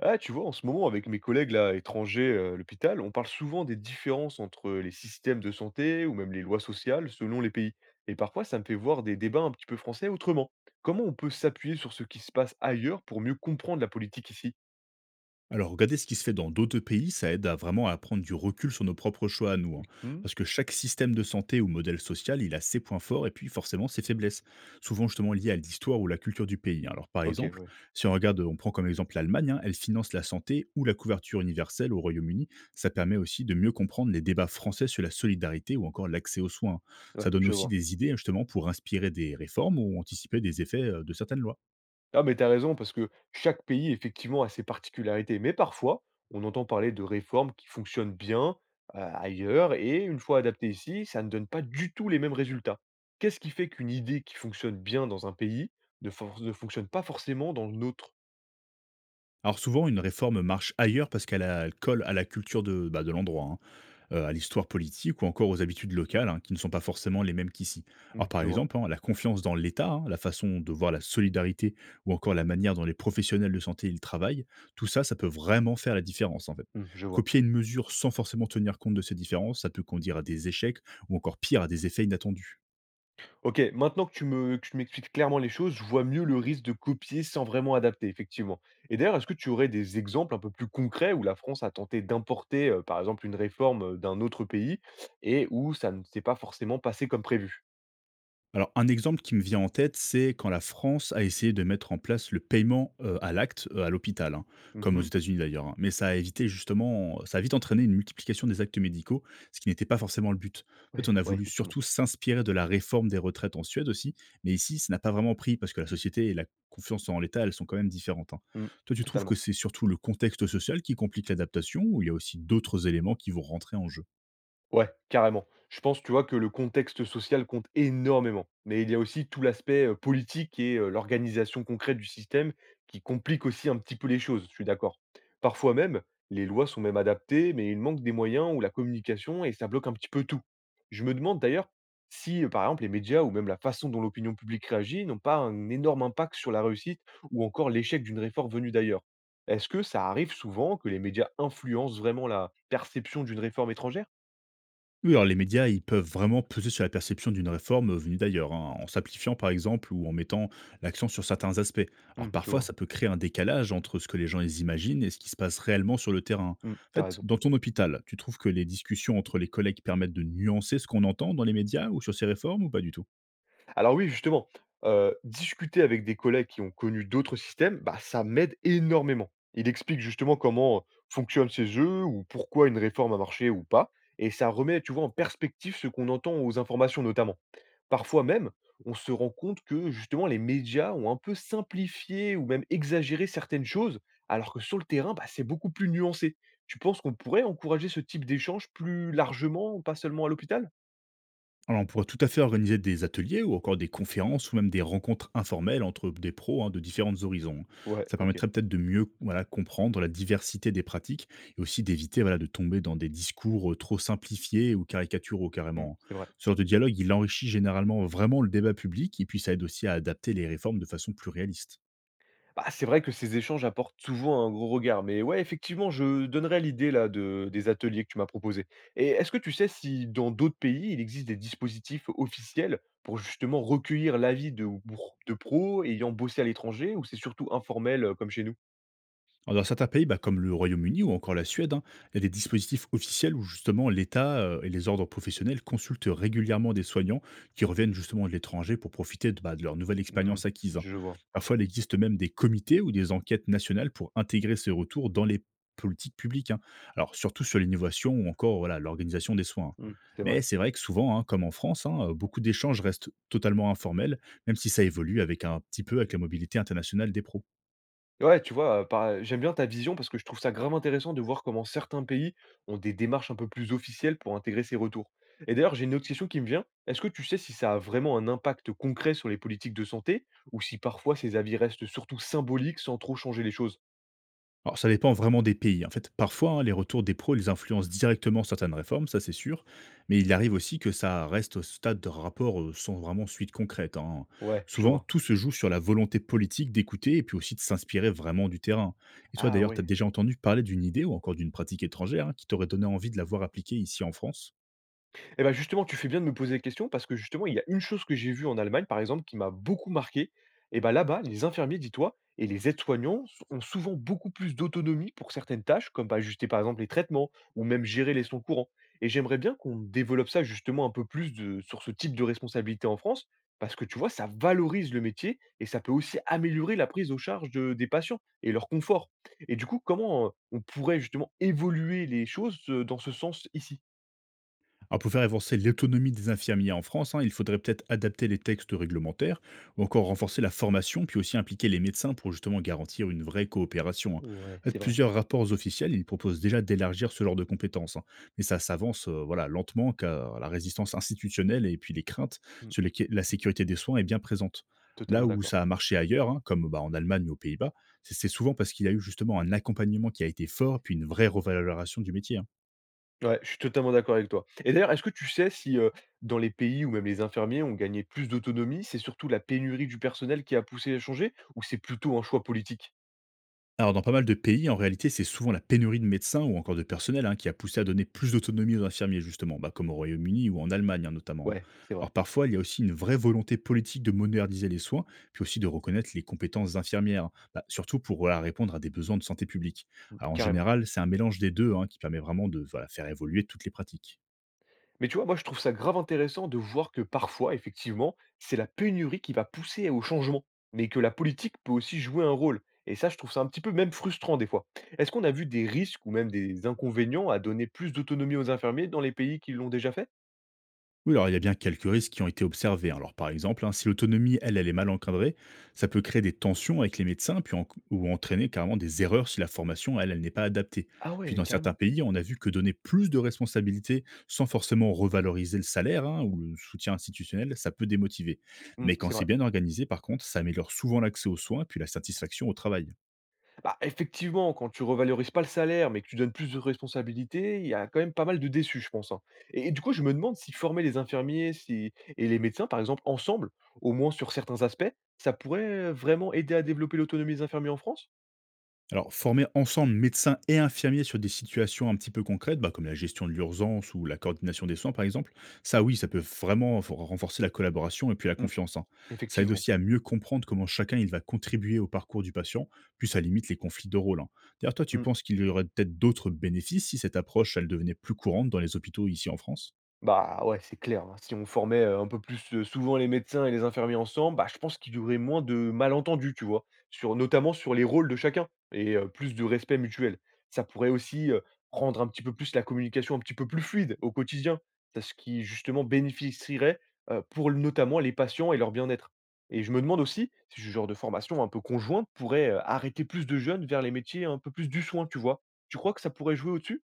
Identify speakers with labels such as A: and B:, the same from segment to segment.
A: Ah, tu vois, en ce moment, avec mes collègues là, étrangers à l'hôpital, on parle souvent des différences entre les systèmes de santé ou même les lois sociales selon les pays. Et parfois, ça me fait voir des débats un petit peu français autrement. Comment on peut s'appuyer sur ce qui se passe ailleurs pour mieux comprendre la politique ici?
B: Alors, regarder ce qui se fait dans d'autres pays, ça aide à vraiment à prendre du recul sur nos propres choix à nous. Hein.
A: Hmm,
B: Parce que chaque système de santé ou modèle social, il a ses points forts et puis forcément ses faiblesses, souvent justement liées à l'histoire ou la culture du pays. Hein. Alors, par
A: Ok,
B: exemple, si on regarde, on prend comme exemple l'Allemagne, hein, elle finance la santé ou la couverture universelle au Royaume-Uni. Ça permet aussi de mieux comprendre les débats français sur la solidarité ou encore l'accès aux soins. Hein. Ça
A: ouais,
B: donne
A: je
B: aussi
A: vois.
B: des idées justement pour inspirer des réformes ou anticiper des effets de certaines lois.
A: Ah, mais t'as raison, parce que chaque pays, effectivement, a ses particularités. Mais parfois, on entend parler de réformes qui fonctionnent bien ailleurs, et une fois adaptées ici, ça ne donne pas du tout les mêmes résultats. Qu'est-ce qui fait qu'une idée qui fonctionne bien dans un pays ne fonctionne pas forcément dans l'autre?
B: Alors souvent, une réforme marche ailleurs parce qu'elle colle à la culture de, bah, de l'endroit, hein, à l'histoire politique ou encore aux habitudes locales, hein, qui ne sont pas forcément les mêmes qu'ici. Alors par
A: Je vois.
B: exemple, hein, la confiance dans l'État, hein, la façon de voir la solidarité ou encore la manière dont les professionnels de santé ils travaillent, tout ça, ça peut vraiment faire la différence en fait.
A: Je vois.
B: Copier une mesure sans forcément tenir compte de ces différences, ça peut conduire à des échecs ou encore pire, à des effets inattendus.
A: OK, maintenant que tu me que tu m'expliques clairement les choses, je vois mieux le risque de copier sans vraiment adapter, effectivement. Et d'ailleurs, est-ce que tu aurais des exemples un peu plus concrets où la France a tenté d'importer, par exemple, une réforme, d'un autre pays et où ça ne s'est pas forcément passé comme prévu?
B: Alors, un exemple qui me vient en tête, c'est quand la France a essayé de mettre en place le paiement à l'acte à l'hôpital, hein, comme aux
A: Mmh.
B: États-Unis d'ailleurs. Hein. Mais ça a vite entraîné une multiplication des actes médicaux, ce qui n'était pas forcément le but. En fait,
A: Ouais,
B: on a
A: ouais,
B: voulu
A: effectivement.
B: surtout s'inspirer de la réforme des retraites en Suède aussi, mais ici, ça n'a pas vraiment pris parce que la société et la confiance en l'État, elles sont quand même différentes. Hein.
A: Mmh,
B: Toi, tu trouves que
A: totalement.
B: c'est surtout le contexte social qui complique l'adaptation, ou il y a aussi d'autres éléments qui vont rentrer en jeu?
A: Ouais, carrément. Je pense, tu vois, que le contexte social compte énormément. Mais il y a aussi tout l'aspect politique et l'organisation concrète du système qui complique aussi un petit peu les choses, je suis d'accord. Parfois même, les lois sont même adaptées, mais il manque des moyens ou la communication et ça bloque un petit peu tout. Je me demande d'ailleurs si, par exemple, les médias ou même la façon dont l'opinion publique réagit n'ont pas un énorme impact sur la réussite ou encore l'échec d'une réforme venue d'ailleurs. Est-ce que ça arrive souvent que les médias influencent vraiment la perception d'une réforme étrangère?
B: Oui, alors les médias, ils peuvent vraiment peser sur la perception d'une réforme venue d'ailleurs, hein, en simplifiant par exemple ou en mettant l'accent sur certains aspects. Alors
A: Mmh, je
B: parfois,
A: vois.
B: ça peut créer un décalage entre ce que les gens ils imaginent et ce qui se passe réellement sur le terrain.
A: Mmh,
B: En
A: tu
B: fait,
A: raison.
B: dans ton hôpital, tu trouves que les discussions entre les collègues permettent de nuancer ce qu'on entend dans les médias ou sur ces réformes ou pas du tout?
A: Alors oui, justement, discuter avec des collègues qui ont connu d'autres systèmes, bah, ça m'aide énormément. Il explique justement comment fonctionnent ces jeux ou pourquoi une réforme a marché ou pas et ça remet, tu vois, en perspective ce qu'on entend aux informations notamment. Parfois même, on se rend compte que justement les médias ont un peu simplifié ou même exagéré certaines choses, alors que sur le terrain, bah, c'est beaucoup plus nuancé. Tu penses qu'on pourrait encourager ce type d'échange plus largement, pas seulement à l'hôpital?
B: Alors, on pourrait tout à fait organiser des ateliers ou encore des conférences ou même des rencontres informelles entre des pros, hein, de différents horizons.
A: Ouais,
B: Ça
A: OK.
B: permettrait peut-être de mieux voilà, comprendre la diversité des pratiques et aussi d'éviter voilà, de tomber dans des discours trop simplifiés ou caricaturaux
A: Mmh,
B: carrément.
A: c'est vrai.
B: Ce genre de dialogue, il enrichit généralement vraiment le débat public et puis ça aide aussi à adapter les réformes de façon plus réaliste.
A: Bah, c'est vrai que ces échanges apportent souvent un gros regard, mais ouais, effectivement, je donnerais l'idée là de des ateliers que tu m'as proposés. Et est-ce que tu sais si dans d'autres pays, il existe des dispositifs officiels pour justement recueillir l'avis de bour de pros ayant bossé à l'étranger ou c'est surtout informel, comme chez nous?
B: Alors, dans certains pays, bah, comme le Royaume-Uni ou encore la Suède, hein, il y a des dispositifs officiels où justement l'État et les ordres professionnels consultent régulièrement des soignants qui reviennent justement de l'étranger pour profiter de, bah, de leur nouvelle
A: Mmh,
B: expérience acquise. Hein.
A: je vois.
B: Parfois, il existe même des comités ou des enquêtes nationales pour intégrer ces retours dans les politiques publiques. Hein. Alors, surtout sur l'innovation ou encore voilà, l'organisation des soins. Hein.
A: Mmh, c'est vrai.
B: Mais c'est vrai que souvent, hein, comme en France, hein, beaucoup d'échanges restent totalement informels, même si ça évolue avec un petit peu avec la mobilité internationale des pros.
A: Ouais, tu vois, par j'aime bien ta vision parce que je trouve ça grave intéressant de voir comment certains pays ont des démarches un peu plus officielles pour intégrer ces retours. Et d'ailleurs, j'ai une autre question qui me vient. Est-ce que tu sais si ça a vraiment un impact concret sur les politiques de santé ou si parfois ces avis restent surtout symboliques sans trop changer les choses?
B: Alors, ça dépend vraiment des pays. En fait, parfois, hein, les retours des pros, ils influencent directement certaines réformes, ça c'est sûr, mais il arrive aussi que ça reste au stade de rapport sans vraiment suite concrète. Hein.
A: Ouais, je
B: Souvent,
A: vois.
B: tout se joue sur la volonté politique d'écouter et puis aussi de s'inspirer vraiment du terrain. Et toi,
A: Ah
B: d'ailleurs, tu as
A: ouais.
B: déjà entendu parler d'une idée ou encore d'une pratique étrangère, hein, qui t'aurait donné envie de la voir appliquée ici en France?
A: Et ben justement, tu fais bien de me poser la question parce que justement, il y a une chose que j'ai vue en Allemagne, par exemple, qui m'a beaucoup marqué. Et ben là-bas, les infirmiers, dis-toi, et les ont souvent beaucoup plus d'autonomie pour certaines tâches, comme bah, ajuster par exemple les traitements ou même gérer les sons courants. Et j'aimerais bien qu'on développe ça justement un peu sur ce type de responsabilité en France, parce que tu vois, ça valorise le métier et ça peut aussi améliorer la prise en charge des patients et leur confort. Et du coup, comment on pourrait justement évoluer les choses dans ce sens ici?
B: Alors pour faire avancer l'autonomie des infirmiers en France, hein, il faudrait peut-être adapter les textes réglementaires ou encore renforcer la formation, puis aussi impliquer les médecins pour justement garantir une vraie coopération. Hein. En
A: Ouais,
B: fait,
A: c'est vrai.
B: plusieurs rapports officiels, ils proposent déjà d'élargir ce genre de compétences, hein, mais ça s'avance voilà, lentement car la résistance institutionnelle et puis les craintes sur lesquelles la sécurité des soins est bien présente. Là
A: Totalement
B: où
A: d'accord.
B: ça a marché ailleurs, hein, comme bah, en Allemagne ou aux Pays-Bas, c'est souvent parce qu'il y a eu justement un accompagnement qui a été fort, puis une vraie revalorisation du métier. Hein.
A: Ouais, je suis totalement d'accord avec toi. Et d'ailleurs, est-ce que tu sais si, dans les pays où même les infirmiers ont gagné plus d'autonomie, c'est surtout la pénurie du personnel qui a poussé à changer ou c'est plutôt un choix politique?
B: Alors, dans pas mal de pays, en réalité, c'est souvent la pénurie de médecins ou encore de personnel, hein, qui a poussé à donner plus d'autonomie aux infirmiers, justement, bah, comme au Royaume-Uni ou en Allemagne, hein, notamment. Hein.
A: Ouais, c'est
B: Alors,
A: vrai.
B: parfois, il y a aussi une vraie volonté politique de moderniser les soins, puis aussi de reconnaître les compétences infirmières, bah, surtout pour voilà, répondre à des besoins de santé publique.
A: Mmh,
B: Alors, en
A: carrément.
B: général, c'est un mélange des deux, hein, qui permet vraiment de voilà, faire évoluer toutes les pratiques.
A: Mais tu vois, moi, je trouve ça grave intéressant de voir que parfois, effectivement, c'est la pénurie qui va pousser au changement, mais que la politique peut aussi jouer un rôle. Et ça, je trouve ça un petit peu même frustrant des fois. Est-ce qu'on a vu des risques ou même des inconvénients à donner plus d'autonomie aux infirmiers dans les pays qui l'ont déjà fait?
B: Oui, alors il y a bien quelques risques qui ont été observés. Hein. Alors par exemple, hein, si l'autonomie, elle, elle est mal encadrée, ça peut créer des tensions avec les médecins puis ou entraîner carrément des erreurs si la formation, elle, elle n'est pas adaptée.
A: Ah
B: Puis
A: ouais,
B: dans certains
A: carrément.
B: pays, on a vu que donner plus de responsabilités sans forcément revaloriser le salaire, hein, ou le soutien institutionnel, ça peut démotiver.
A: Mmh,
B: Mais quand
A: c'est
B: c'est
A: vrai.
B: bien organisé, par contre, ça améliore souvent l'accès aux soins puis la satisfaction au travail.
A: Bah, effectivement, quand tu revalorises pas le salaire, mais que tu donnes plus de responsabilités, il y a quand même pas mal de déçus, je pense, hein. Et du coup, je me demande si former les infirmiers si et les médecins, par exemple, ensemble, au moins sur certains aspects, ça pourrait vraiment aider à développer l'autonomie des infirmiers en France?
B: Alors, former ensemble médecins et infirmiers sur des situations un petit peu concrètes, bah, comme la gestion de l'urgence ou la coordination des soins, par exemple, ça oui, ça peut vraiment renforcer la collaboration et puis la
A: Mmh,
B: confiance. Hein. Ça aide
A: effectivement.
B: aussi à mieux comprendre comment chacun il va contribuer au parcours du patient, puis ça limite les conflits de rôle. Hein. D'ailleurs, toi, tu
A: Mmh.
B: penses qu'il y aurait peut-être d'autres bénéfices si cette approche, elle devenait plus courante dans les hôpitaux ici en France?
A: Bah, ouais, c'est clair, hein. Si on formait, un peu plus, souvent les médecins et les infirmiers ensemble, bah, je pense qu'il y aurait moins de malentendus, tu vois? Sur notamment sur les rôles de chacun et plus de respect mutuel. Ça pourrait aussi, rendre un petit peu plus la communication un petit peu plus fluide au quotidien. C'est ce qui justement bénéficierait, pour notamment les patients et leur bien-être, et je me demande aussi si ce genre de formation un peu conjointe pourrait, arrêter plus de jeunes vers les métiers un peu plus du soin, tu vois? Tu crois que ça pourrait jouer au-dessus?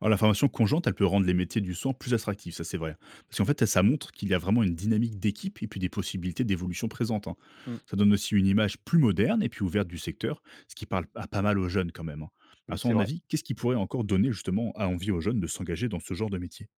B: Alors la formation conjointe, elle peut rendre les métiers du soin plus attractifs, ça c'est vrai. Parce qu'en fait, ça montre qu'il y a vraiment une dynamique d'équipe et puis des possibilités d'évolution présentes. Hein.
A: Mmh.
B: Ça donne aussi une image plus moderne et puis ouverte du secteur, ce qui parle à pas mal aux jeunes quand même. Hein. À
A: Mmh, c'est
B: son
A: vrai.
B: avis, qu'est-ce qui pourrait encore donner justement à envie aux jeunes de s'engager dans ce genre de métier?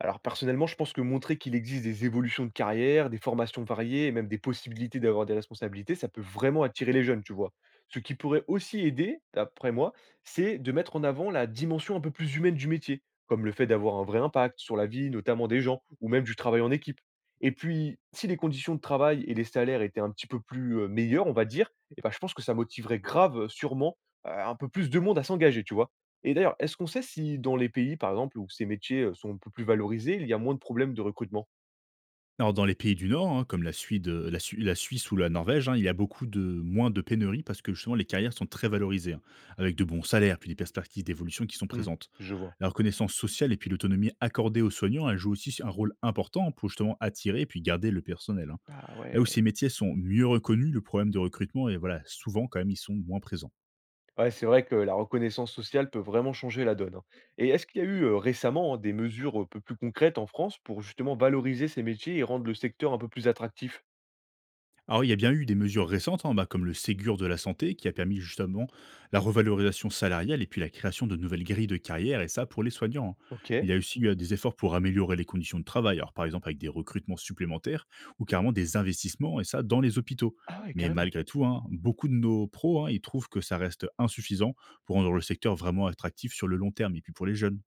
A: Alors personnellement, je pense que montrer qu'il existe des évolutions de carrière, des formations variées et même des possibilités d'avoir des responsabilités, ça peut vraiment attirer les jeunes, tu vois. Ce qui pourrait aussi aider, d'après moi, c'est de mettre en avant la dimension un peu plus humaine du métier, comme le fait d'avoir un vrai impact sur la vie, notamment des gens, ou même du travail en équipe. Et puis, si les conditions de travail et les salaires étaient un petit peu plus meilleurs, on va dire, eh ben, je pense que ça motiverait grave, sûrement, un peu plus de monde à s'engager, tu vois. Et d'ailleurs, est-ce qu'on sait si dans les pays, par exemple, où ces métiers, sont un peu plus valorisés, il y a moins de problèmes de recrutement?
B: Alors dans les pays du Nord, hein, comme la Suède, la Suisse ou la Norvège, hein, il y a beaucoup de moins de pénuries parce que justement les carrières sont très valorisées, hein, avec de bons salaires, puis des perspectives d'évolution qui sont
A: Mmh,
B: présentes.
A: je vois.
B: La reconnaissance sociale et puis l'autonomie accordée aux soignants, elle joue aussi un rôle important pour justement attirer et puis garder le personnel, hein.
A: Ah
B: Là où
A: ouais.
B: ces métiers sont mieux reconnus, le problème de recrutement et voilà, souvent quand même ils sont moins présents.
A: Ouais, c'est vrai que la reconnaissance sociale peut vraiment changer la donne, hein. Et est-ce qu'il y a eu, récemment, hein, des mesures un peu plus concrètes en France pour justement valoriser ces métiers et rendre le secteur un peu plus attractif?
B: Alors, il y a bien eu des mesures récentes, hein, bah, comme le Ségur de la santé, qui a permis justement la revalorisation salariale et puis la création de nouvelles grilles de carrière, et ça pour les soignants. Hein. Il y
A: OK.
B: a aussi eu des efforts pour améliorer les conditions de travail, alors par exemple avec des recrutements supplémentaires ou carrément des investissements, et ça dans les hôpitaux.
A: Ah ouais,
B: Mais
A: carrément.
B: malgré tout, hein, beaucoup de nos pros, hein, ils trouvent que ça reste insuffisant pour rendre le secteur vraiment attractif sur le long terme et puis pour les jeunes.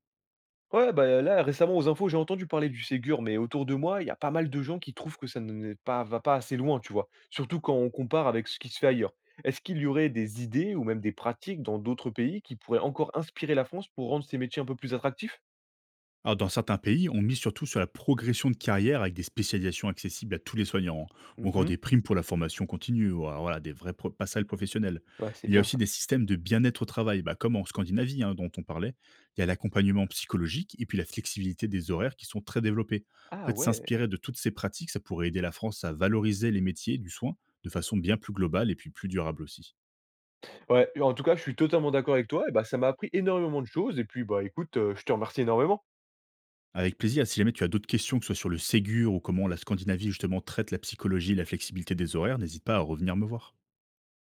A: Ouais, bah, là, récemment, aux infos, j'ai entendu parler du Ségur, mais autour de moi, il y a pas mal de gens qui trouvent que ça ne pas, va pas assez loin, tu vois. Surtout quand on compare avec ce qui se fait ailleurs. Est-ce qu'il y aurait des idées ou même des pratiques dans d'autres pays qui pourraient encore inspirer la France pour rendre ces métiers un peu plus attractifs?
B: Alors, dans certains pays, on mise surtout sur la progression de carrière avec des spécialisations accessibles à tous les soignants, hein, ou encore
A: Mhm.
B: des primes pour la formation continue, ou alors, voilà, des vrais passerelles professionnelles.
A: Ouais, c'est
B: Mais il y a
A: bien
B: aussi des
A: ça.
B: systèmes de bien-être au travail, bah, comme en Scandinavie, hein, dont on parlait. Il y a l'accompagnement psychologique et puis la flexibilité des horaires qui sont très développés. En
A: Ah
B: fait,
A: ouais.
B: s'inspirer de toutes ces pratiques, ça pourrait aider la France à valoriser les métiers du soin de façon bien plus globale et puis plus durable aussi.
A: Ouais, en tout cas, je suis totalement d'accord avec toi. Et bah, ça m'a appris énormément de choses. Et puis, bah, écoute, je te remercie énormément.
B: Avec plaisir. Si jamais tu as d'autres questions, que ce soit sur le Ségur ou comment la Scandinavie justement traite la psychologie et la flexibilité des horaires, n'hésite pas à revenir me voir.